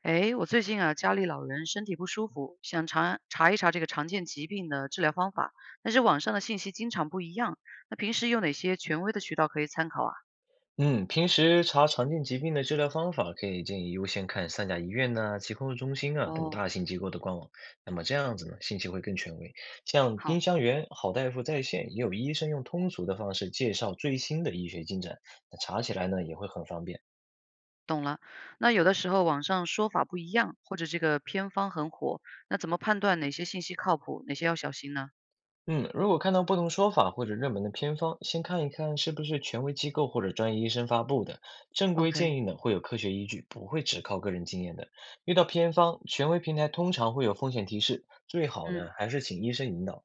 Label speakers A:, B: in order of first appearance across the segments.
A: 哎，我最近啊，家里老人身体不舒服，想查一查这个常见疾病的治疗方法，但是网上的信息经常不一样。那平时有哪些权威的渠道可以参考啊？
B: 嗯，平时查常见疾病的治疗方法，可以建议优先看三甲医院呐、疾控中心啊等
A: 哦，
B: 大型机构的官网。那么这样子呢，信息会更权威。像丁
A: 好，
B: 香园、好大夫在线，也有医生用通俗的方式介绍最新的医学进展，那查起来呢也会很方便。
A: 懂了。那有的时候网上说法不一样，或者这个偏方很火，那怎么判断哪些信息靠谱，哪些要小心呢
B: 嗯，如果看到不同说法或者热门的偏方，先看一看是不是权威机构或者专业医生发布的。正规
A: ？OK，
B: 建议呢，会有科学依据，不会只靠个人经验的。遇到偏方，权威平台通常会有风险提示，最好
A: 嗯，
B: 呢还是请医生引导。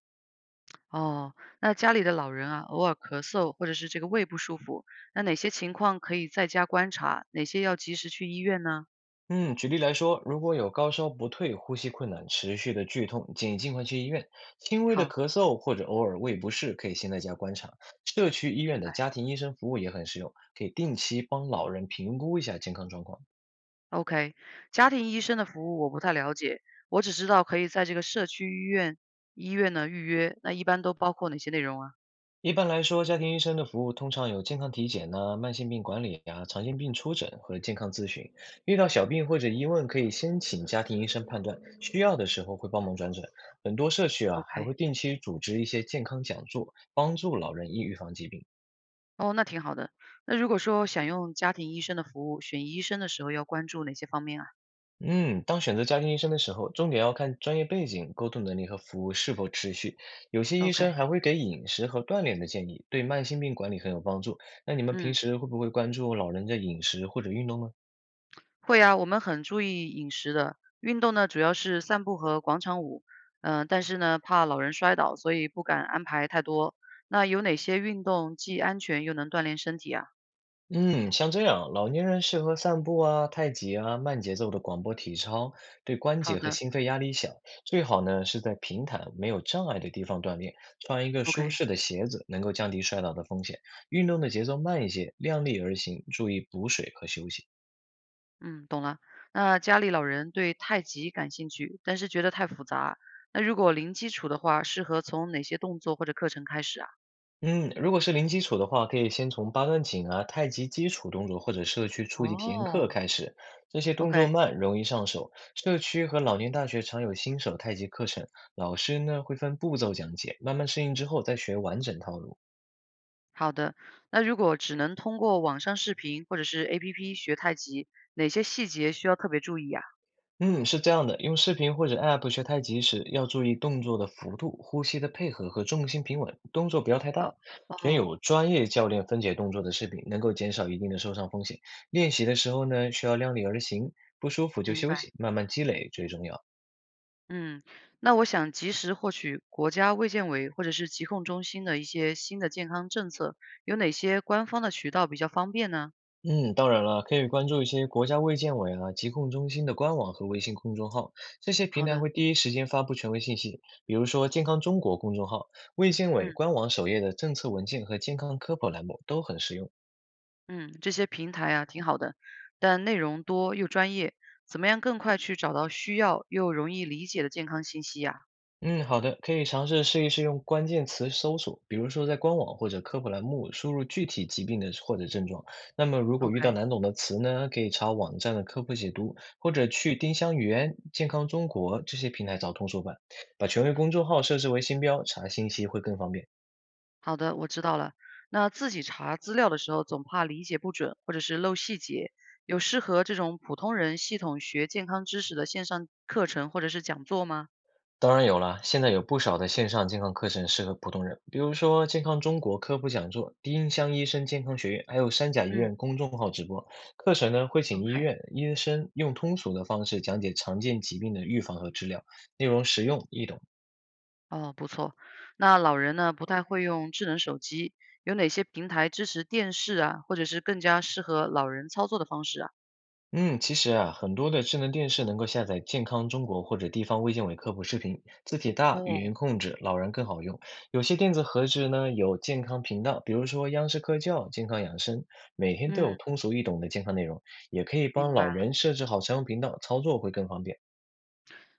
A: 哦，那家里的老人啊，偶尔咳嗽或者是这个胃不舒服，那哪些情况可以在家观察，哪些要及时去医院呢？
B: 嗯，举例来说，如果有高烧不退、呼吸困难、持续的剧痛，建议尽快去医院。轻微的
A: 好，
B: 咳嗽或者偶尔胃不适，可以先在家观察。社区医院
A: 明白。
B: 的家庭医生服务也很实用，可以定期帮老人评估一下健康状况。
A: OK，家庭医生的服务我不太了解，我只知道可以在这个社区医院呢预约，那一般都包括哪些内容啊
B: 一般来说，家庭医生的服务通常有健康体检呐、慢性病管理呀、常见病初诊和健康咨询。遇到小病或者疑问，可以先请家庭医生判断，需要的时候会帮忙转诊。很多社区啊，还
A: ？OK，
B: 会定期组织一些健康讲座，帮助老人易预防疾病。
A: 哦，那挺好的。那如果说想用家庭医生的服务，选医生的时候要关注哪些方面啊
B: 嗯，当选择家庭医生的时候，重点要看专业背景、沟通能力和服务是否持续。有些医
A: ？OK，
B: 生还会给饮食和锻炼的建议，对慢性病管理很有帮助。那你们平
A: 嗯，
B: 时会不会关注老人的饮食或者运动呢？
A: 会啊，我们很注意饮食的，运动呢主要是散步和广场舞，嗯、但是呢怕老人摔倒，所以不敢安排太多。那有哪些运动既安全又能锻炼身体啊？
B: 嗯，像这样，老年人适合散步啊、太极啊、慢节奏的广播体操，对关
A: 好
B: 节和
A: 的
B: 心肺压力小。最好呢是在平坦、没有障碍的地方锻炼，穿一个舒
A: ，OK。
B: 适的鞋子，能够降低摔倒的风险。运动的节奏慢一些，量力而行，注意补水和休息。
A: 嗯，懂了。那家里老人对太极感兴趣，但是觉得太复杂。那如果零基础的话，适合从哪些动作或者课程开始啊？
B: 嗯，如果是零基础的话，可以先从八段锦啊、太极基础动作或者社区初级体验课
A: 哦
B: 开始，这些动
A: ，OK，
B: 作慢，容易上手。社区和老年大学常有新手太极课程，老师呢会分步骤讲解，慢慢适应之后再学完整套路。
A: 好的。那如果只能通过网上视频或者是 APP 学太极，哪些细节需要特别注意啊？
B: 嗯，是这样的，用视频或者 App 学太极时，要注意动作的幅度、呼吸的配合和重心平稳，动作不要太
A: 哦
B: 大。选
A: 哦，
B: 有专业教练分解动作的视频，能够减少一定的受伤风险。练习的时候呢，需要量力而行，不舒服就
A: 明
B: 休
A: 白。
B: 息，慢慢积累最重要。
A: 嗯，那我想及时获取国家卫健委或者是疾控中心的一些新的健康政策，有哪些官方的渠道比较方便呢？
B: 嗯，当然了，可以关注一些国家卫健委啊、疾控中心的官网和微信公众号，这些平
A: 好
B: 台
A: 的，
B: 会第一时间发布权威信息，比如说健康中国公众号、卫健委
A: 嗯。
B: 官网首页的政策文件和健康科普栏目都很实用。
A: 嗯，这些平台啊挺好的，但内容多又专业，怎么样更快去找到需要又容易理解的健康信息呀
B: 嗯，好的，可以尝试用关键词搜索，比如说在官网或者科普栏目输入具体疾病的或者症状。那么如果遇到
A: ？OK，
B: 难懂的词呢，可以查网站的科普解读，或者去丁香园、健康中国这些平台找通俗版，把权威公众号设置为星标，查信息会更方便。
A: 好的，我知道了。那自己查资料的时候，总怕理解不准或者是漏细节，有适合这种普通人系统学健康知识的线上课程或者是讲座吗？
B: 当然有啦，现在有不少的线上健康课程适合普通人，比如说健康中国科普讲座、丁香医生健康学院，还有三甲医院
A: 嗯
B: 公众号直播。课程呢会请医
A: ，OK，
B: 院医生用通俗的方式讲解常见疾病的预防和治疗，内容实用易懂。
A: 哦，不错。那老人呢，不太会用智能手机，有哪些平台支持电视啊，或者是更加适合老人操作的方式啊？
B: 嗯，其实啊，很多的智能电视能够下载健康中国或者地方卫健委科普视频，字体大、语
A: 哦，
B: 音控制，老人更好用。有些电子盒子呢有健康频道，比如说央视科教、健康养生，每天都有
A: 嗯。
B: 通俗易懂的健康内容，也可以
A: 明
B: 帮
A: 白
B: 老
A: 了，
B: 人设置好常用频道，操作会更方便。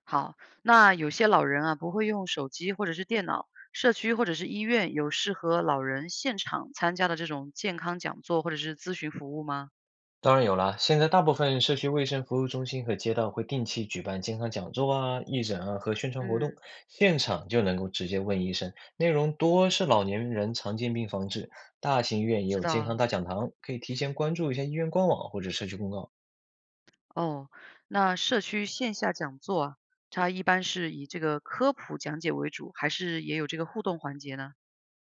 A: 好，那有些老人啊，不会用手机或者是电脑，社区或者是医院有适合老人现场参加的这种健康讲座或者是咨询服务吗？
B: 当然有啦，现在大部分社区卫生服务中心和街道会定期举办健康讲座啊、义诊啊和宣传活动，
A: 嗯，
B: 现场就能够直接问医生。内容多是老年人常见病防治，大型医院也
A: 知
B: 有
A: 道
B: 健康
A: 了。
B: 大讲堂，可以提前关注一下医院官网或者社区公告。
A: 哦，那社区线下讲座啊，它一般是以这个科普讲解为主，还是也有这个互动环节呢？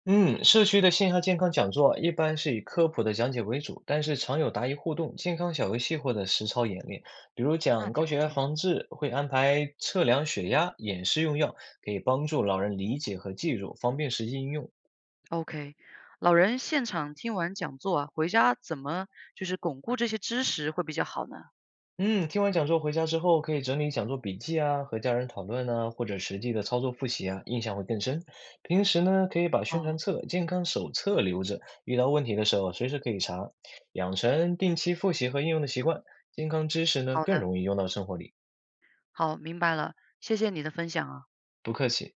B: 嗯，社区的线下健康讲座一般是以科普的讲解为主，但是常有答疑互动、健康小游戏或者实操演练。比如
A: 那
B: 讲高
A: 挺不
B: 血压
A: 错。
B: 防治，会安排测量血压、演示用药，可以帮助老人理解和记住，方便实际应用。
A: OK，老人现场听完讲座啊，回家怎么就是巩固这些知识会比较好呢？
B: 嗯，听完讲座回家之后，可以整理讲座笔记啊，和家人讨论啊，或者实际的操作复习啊，印象会更深。平时呢，可以把宣传
A: 哦，
B: 册、健康手册留着，遇到问题的时候随时可以查，养成定期复习和应用的习惯，健康知识呢
A: 好
B: 更
A: 的。
B: 容易用到生活里。
A: 好，明白了，谢谢你的分享啊。
B: 不客气。